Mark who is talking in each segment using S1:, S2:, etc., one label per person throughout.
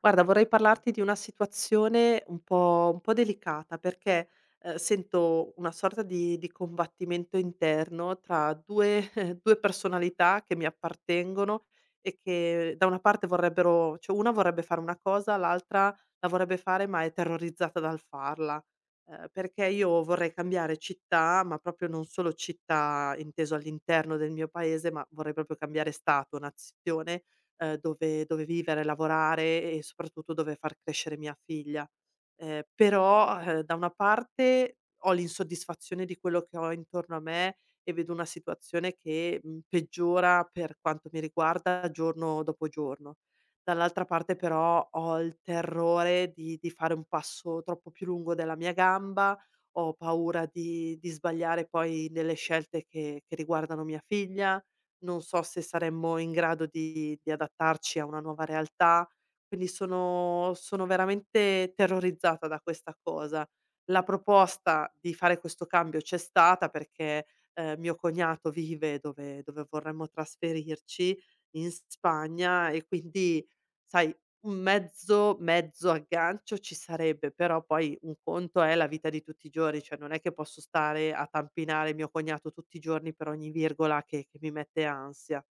S1: Guarda, vorrei parlarti di una situazione un po' delicata perché, sento una sorta di combattimento interno tra 2 personalità che mi appartengono e che da una parte vorrebbero, cioè una vorrebbe fare una cosa, l'altra la vorrebbe fare ma è terrorizzata dal farla. Perché io vorrei cambiare città, ma proprio, non solo città inteso all'interno del mio paese, ma vorrei proprio cambiare stato, nazione, dove vivere, lavorare e soprattutto dove far crescere mia figlia. Però, da una parte ho l'insoddisfazione di quello che ho intorno a me e vedo una situazione che, mhmm, peggiora per quanto mi riguarda giorno dopo giorno. Dall'altra parte però ho il terrore di fare un passo troppo più lungo della mia gamba, ho paura di sbagliare poi nelle scelte che riguardano mia figlia, non so se saremmo in grado di adattarci a una nuova realtà. Quindi sono veramente terrorizzata da questa cosa. La proposta di fare questo cambio c'è stata perché, mio cognato vive dove vorremmo trasferirci, in Spagna, e quindi, sai, un mezzo aggancio ci sarebbe, però poi un conto è la vita di tutti i giorni, cioè non è che posso stare a tampinare mio cognato tutti i giorni per ogni virgola che mi mette ansia.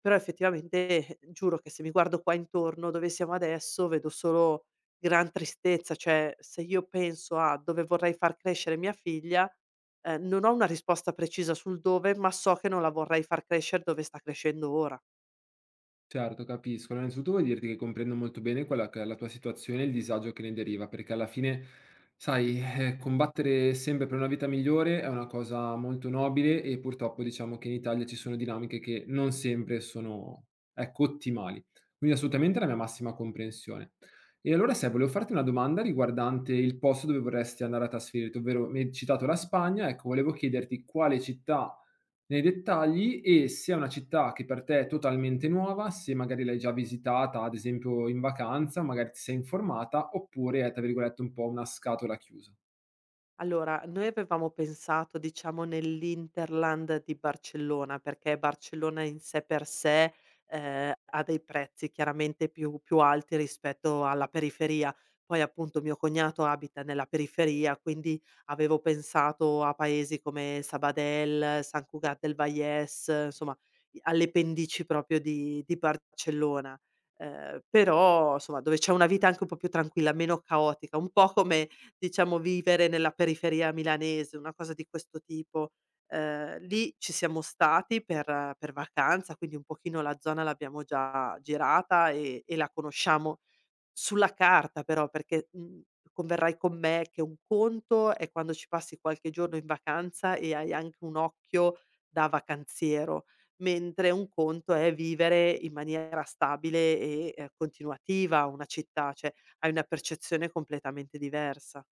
S1: Però effettivamente, giuro che se mi guardo qua intorno dove siamo adesso, vedo solo gran tristezza. Cioè, se io penso a dove vorrei far crescere mia figlia, non ho una risposta precisa sul dove, ma so che non la vorrei far crescere dove sta crescendo ora.
S2: Certo, capisco. Allora, innanzitutto voglio dirti che comprendo molto bene quella che è la tua situazione e il disagio che ne deriva, perché alla fine, sai, combattere sempre per una vita migliore è una cosa molto nobile e purtroppo diciamo che in Italia ci sono dinamiche che non sempre sono, ecco, ottimali. Quindi assolutamente la mia massima comprensione. E allora, se volevo farti una domanda riguardante il posto dove vorresti andare a trasferirti, ovvero mi hai citato la Spagna, ecco, volevo chiederti quale città nei dettagli e se è una città che per te è totalmente nuova, se magari l'hai già visitata, ad esempio in vacanza, magari ti sei informata, oppure è, tra virgolette, un po' una scatola chiusa.
S1: Allora, noi avevamo pensato, diciamo, nell'hinterland di Barcellona, perché Barcellona in sé per sé, ha dei prezzi chiaramente più alti rispetto alla periferia. Poi appunto mio cognato abita nella periferia, quindi avevo pensato a paesi come Sabadell, Sant Cugat del Vallès, insomma, i, alle pendici proprio di Barcellona. Però, somma, dove c'è una vita anche un po' più tranquilla, meno caotica, un po' come, diciamo, vivere nella periferia milanese, una cosa di questo tipo. Lì ci siamo stati per vacanza, quindi un pochino la zona l'abbiamo già girata e la conosciamo sulla carta però, perché, converrai con me che un conto è quando ci passi qualche giorno in vacanza e hai anche un occhio da vacanziero, mentre un conto è vivere in maniera stabile e, continuativa una città, cioè hai una percezione completamente diversa.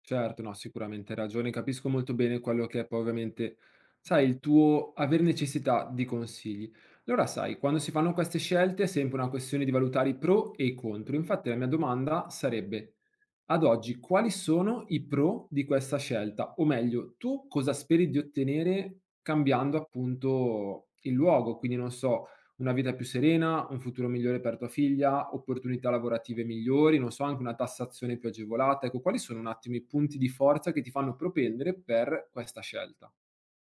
S2: Certo, no, sicuramente hai ragione, capisco molto bene quello che è poi ovviamente, sai, il tuo aver necessità di consigli. Allora, sai, quando si fanno queste scelte è sempre una questione di valutare i pro e i contro. Infatti la mia domanda sarebbe: ad oggi, quali sono i pro di questa scelta? O meglio, tu cosa speri di ottenere cambiando appunto il luogo? Quindi non so, una vita più serena, un futuro migliore per tua figlia, opportunità lavorative migliori, non so, anche una tassazione più agevolata. Ecco, quali sono un attimo i punti di forza che ti fanno propendere per questa scelta?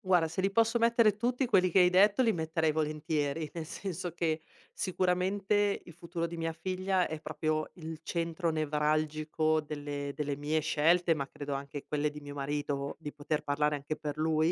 S1: Guarda, se li posso mettere tutti quelli che hai detto, li metterei volentieri, nel senso che sicuramente il futuro di mia figlia è proprio il centro nevralgico delle, delle mie scelte, ma credo anche quelle di mio marito, di poter parlare anche per lui,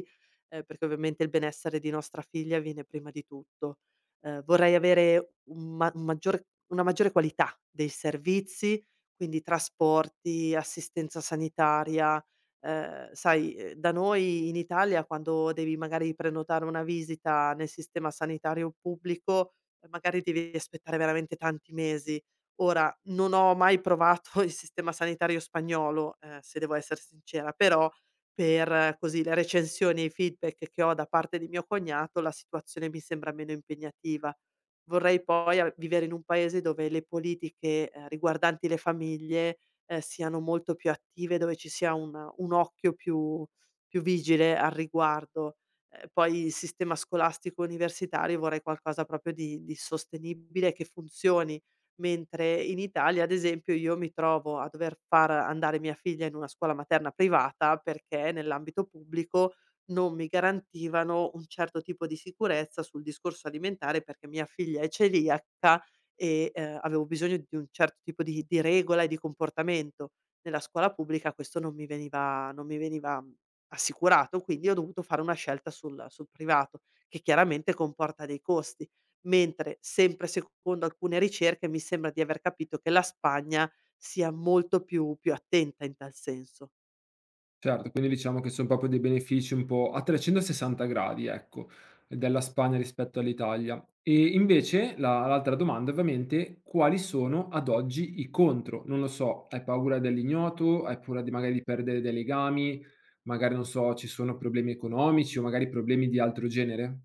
S1: perché ovviamente il benessere di nostra figlia viene prima di tutto. Vorrei avere un ma- un maggiore- una maggiore qualità dei servizi, quindi trasporti, assistenza sanitaria. Sai, da noi in Italia quando devi magari prenotare una visita nel sistema sanitario pubblico, magari devi aspettare veramente tanti mesi. Ora, non ho mai provato il sistema sanitario spagnolo, se devo esser sincera, però per, così, le recensioni e i feedback che ho da parte di mio cognato, la situazione mi sembra meno impegnativa. Vorrei poi a vivere in un paese dove le politiche, riguardanti le famiglie, siano molto più attive, dove ci sia un occhio più vigile al riguardo. Poi il sistema scolastico universitario, vorrei qualcosa proprio di sostenibile, che funzioni, mentre in Italia, ad esempio, io mi trovo a dover far andare mia figlia in una scuola materna privata perché nell'ambito pubblico non mi garantivano un certo tipo di sicurezza sul discorso alimentare, perché mia figlia è celiaca e, avevo bisogno di un certo tipo di regola e di comportamento. Nella scuola pubblica questo non mi veniva assicurato, quindi ho dovuto fare una scelta sul privato, che chiaramente comporta dei costi. Mentre, sempre secondo alcune ricerche, mi sembra di aver capito che la Spagna sia molto più attenta in tal senso.
S2: Certo, quindi diciamo che son proprio dei benefici un po' a 360 gradi, ecco, della Spagna rispetto all'Italia. E invece la l'altra domanda ovviamente: quali sono ad oggi i contro? Non lo so, hai paura dell'ignoto, hai paura di magari di perdere dei legami, magari non so, ci sono problemi economici o magari problemi di altro genere?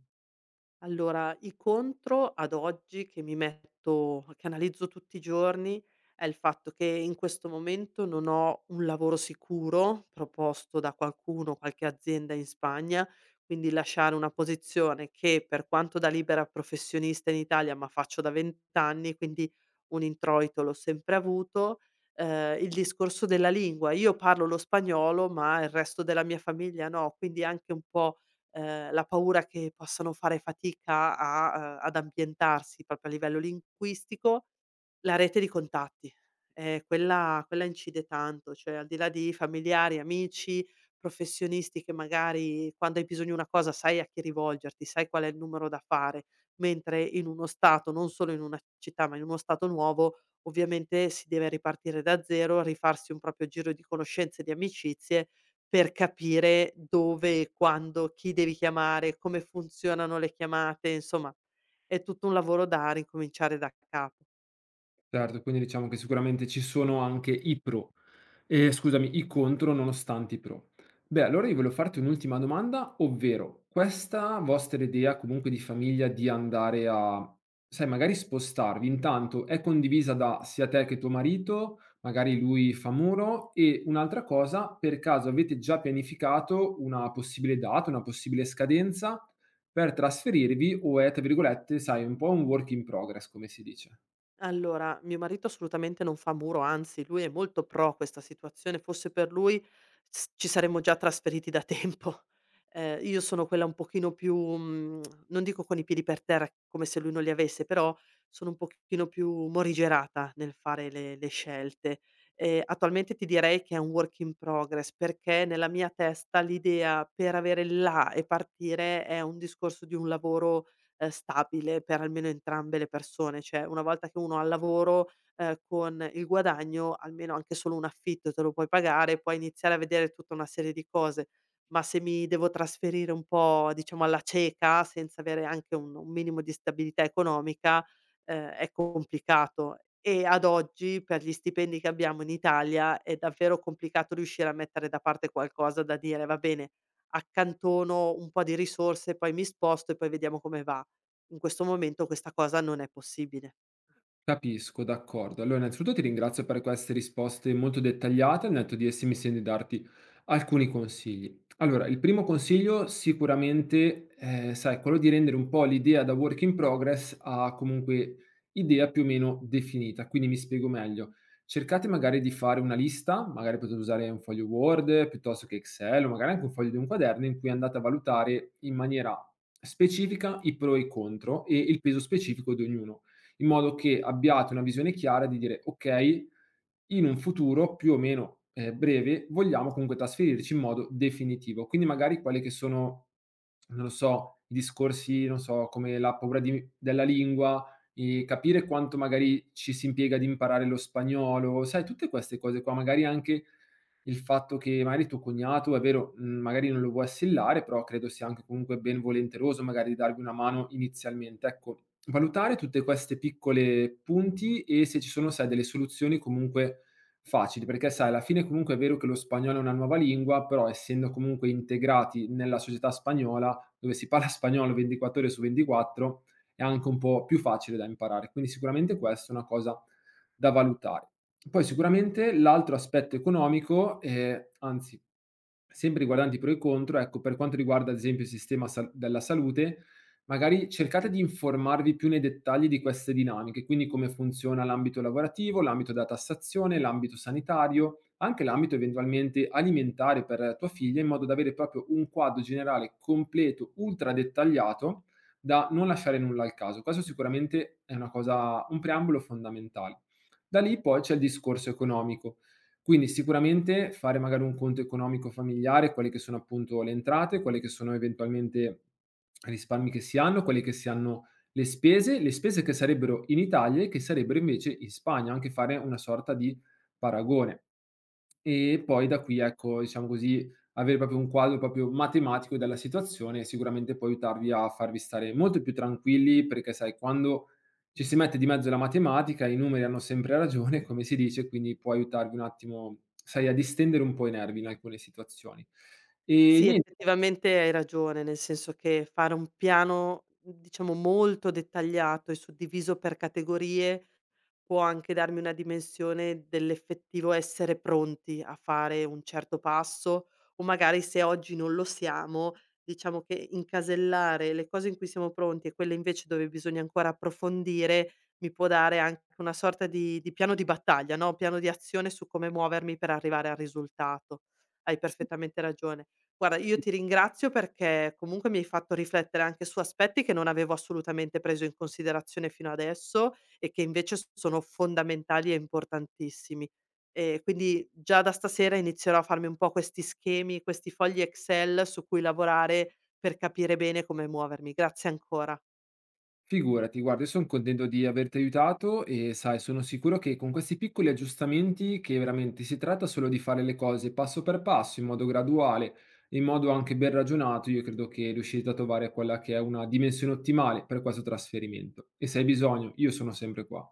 S1: Allora, i contro ad oggi che mi metto, che analizzo tutti i giorni, è il fatto che in questo momento non ho un lavoro sicuro proposto da qualcuno, qualche azienda in Spagna, quindi lasciare una posizione che, per quanto da libera professionista in Italia, ma faccio da 20 anni, quindi un introito l'ho sempre avuto. Il discorso della lingua: io parlo lo spagnolo, ma il resto della mia famiglia no, quindi anche un po' la paura che possano fare fatica a, ad ambientarsi proprio a livello linguistico, la rete di contatti. Quella incide tanto, cioè al di là di familiari, amici, professionisti che magari, quando hai bisogno di una cosa, sai a chi rivolgerti, sai qual è il numero da fare, mentre in uno stato, non solo in una città, ma in uno stato nuovo, ovviamente si deve ripartire da zero, rifarsi un proprio giro di conoscenze e di amicizie per capire dove e quando, chi devi chiamare, come funzionano le chiamate. Insomma, è tutto un lavoro da ricominciare da capo.
S2: Certo, quindi diciamo che sicuramente ci sono anche i pro. Scusami, i contro nonostante i pro. Beh, allora io volevo farti un'ultima domanda, ovvero questa vostra idea comunque di famiglia di andare a sai magari spostarvi, intanto è condivisa da sia te che tuo marito, magari lui fa muro, e un'altra cosa, per caso avete già pianificato una possibile data, una possibile scadenza per trasferirvi o è, tra virgolette, sai, un po' un work in progress come si dice?
S1: Allora, mio marito assolutamente non fa muro, anzi lui è molto pro questa situazione, fosse per lui s ci saremmo già trasferiti da tempo. Io sono quella un pochino più, mhmm, non dico con i piedi per terra, come se lui non li avesse, però sono un pochino più morigerata nel fare le scelte. Attualmente ti direi che è un work in progress, perché nella mia testa l'idea per avere il là e partire è un discorso di un lavoro stabile per almeno entrambe le persone. Cioè, una volta che uno ha il lavoro, con il guadagno, almeno anche solo un affitto te lo puoi pagare, puoi iniziare a vedere tutta una serie di cose. Ma se mi devo trasferire un po', diciamo, alla cieca, senza avere anche un minimo di stabilità economica, è complicato. E ad oggi, per gli stipendi che abbiamo in Italia, è davvero complicato riuscire a mettere da parte qualcosa da dire: "Va bene, accantono un po' di risorse, poi mi sposto e poi vediamo come va." In questo momento questa cosa non è possibile.
S2: Capisco, d'accordo. Allora, innanzitutto ti ringrazio per queste risposte molto dettagliate, al netto di esse mi sento di darti alcuni consigli. Allora, il primo consiglio sicuramente, sai, è quello di rendere un po' l'idea da work in progress a comunque idea più o meno definita, quindi mi spiego meglio. Cercate magari di fare una lista, magari potete usare un foglio Word piuttosto che Excel o magari anche un foglio di un quaderno in cui andate a valutare in maniera specifica i pro e i contro e il peso specifico di ognuno, in modo che abbiate una visione chiara di dire ok, in un futuro più o meno breve vogliamo comunque trasferirci in modo definitivo. Quindi magari quelli che sono, non lo so, i discorsi, non so, come la della lingua, e capire quanto magari ci si impiega ad imparare lo spagnolo, sai, tutte queste cose qua, magari anche il fatto che magari tuo cognato, è vero, magari non lo vuoi assillare, però credo sia anche comunque ben volenteroso magari di darvi una mano inizialmente. Ecco, valutare tutte queste piccole punti e se ci sono, sai, delle soluzioni comunque facili, perché sai alla fine comunque è vero che lo spagnolo è una nuova lingua, però essendo comunque integrati nella società spagnola, dove si parla spagnolo 24 ore su 24, è anche un po' più facile da imparare. Quindi sicuramente questa è una cosa da valutare. Poi sicuramente l'altro aspetto economico, anzi sempre riguardanti i pro e i contro, ecco, per quanto riguarda ad esempio il sistema sa della salute, magari cercate di informarvi più nei dettagli di queste dinamiche, quindi come funziona l'ambito lavorativo, l'ambito della tassazione, l'ambito sanitario, anche l'ambito eventualmente alimentare per tua figlia, in modo da avere proprio un quadro generale completo, ultra dettagliato, da non lasciare nulla al caso. Questo sicuramente è una cosa, un preambolo fondamentale. Da lì poi c'è il discorso economico. Quindi sicuramente fare magari un conto economico familiare, quelle che sono appunto le entrate, quelle che sono eventualmente risparmi che si hanno, quelle che si hanno le spese che sarebbero in Italia e che sarebbero invece in Spagna, anche fare una sorta di paragone. E poi da qui, ecco, diciamo così, avere proprio un quadro proprio matematico della situazione, sicuramente può aiutarvi a farvi stare molto più tranquilli, perché sai quando ci si mette di mezzo la matematica, i numeri hanno sempre ragione, come si dice, quindi può aiutarvi un attimo, sai, a distendere un po' i nervi in alcune situazioni. E
S1: Sì,
S2: nien
S1: effettivamente hai ragione, nel senso che fare un piano, diciamo, molto dettagliato e suddiviso per categorie può anche darmi una dimensione dell'effettivo essere pronti a fare un certo passo, o magari se oggi non lo siamo, diciamo che incasellare le cose in cui siamo pronti e quelle invece dove bisogna ancora approfondire mi può dare anche una sorta di piano di battaglia, no? Piano di azione su come muovermi per arrivare al risultato. Hai perfettamente ragione. Guarda, io ti ringrazio perché comunque mi hai fatto riflettere anche su aspetti che non avevo assolutamente preso in considerazione fino adesso e che invece s sono fondamentali e importantissimi. Quindi già da stasera inizierò a farmi un po' questi schemi, questi fogli Excel su cui lavorare per capire bene come muovermi. Grazie ancora.
S2: Figurati, guarda, io son contento di averti aiutato e sai, sono sicuro che con questi piccoli aggiustamenti, che veramente si tratta solo di fare le cose passo per passo, in modo graduale, in modo anche ben ragionato, io credo che riuscirete a trovare quella che è una dimensione ottimale per questo trasferimento. E se hai bisogno, io sono sempre qua.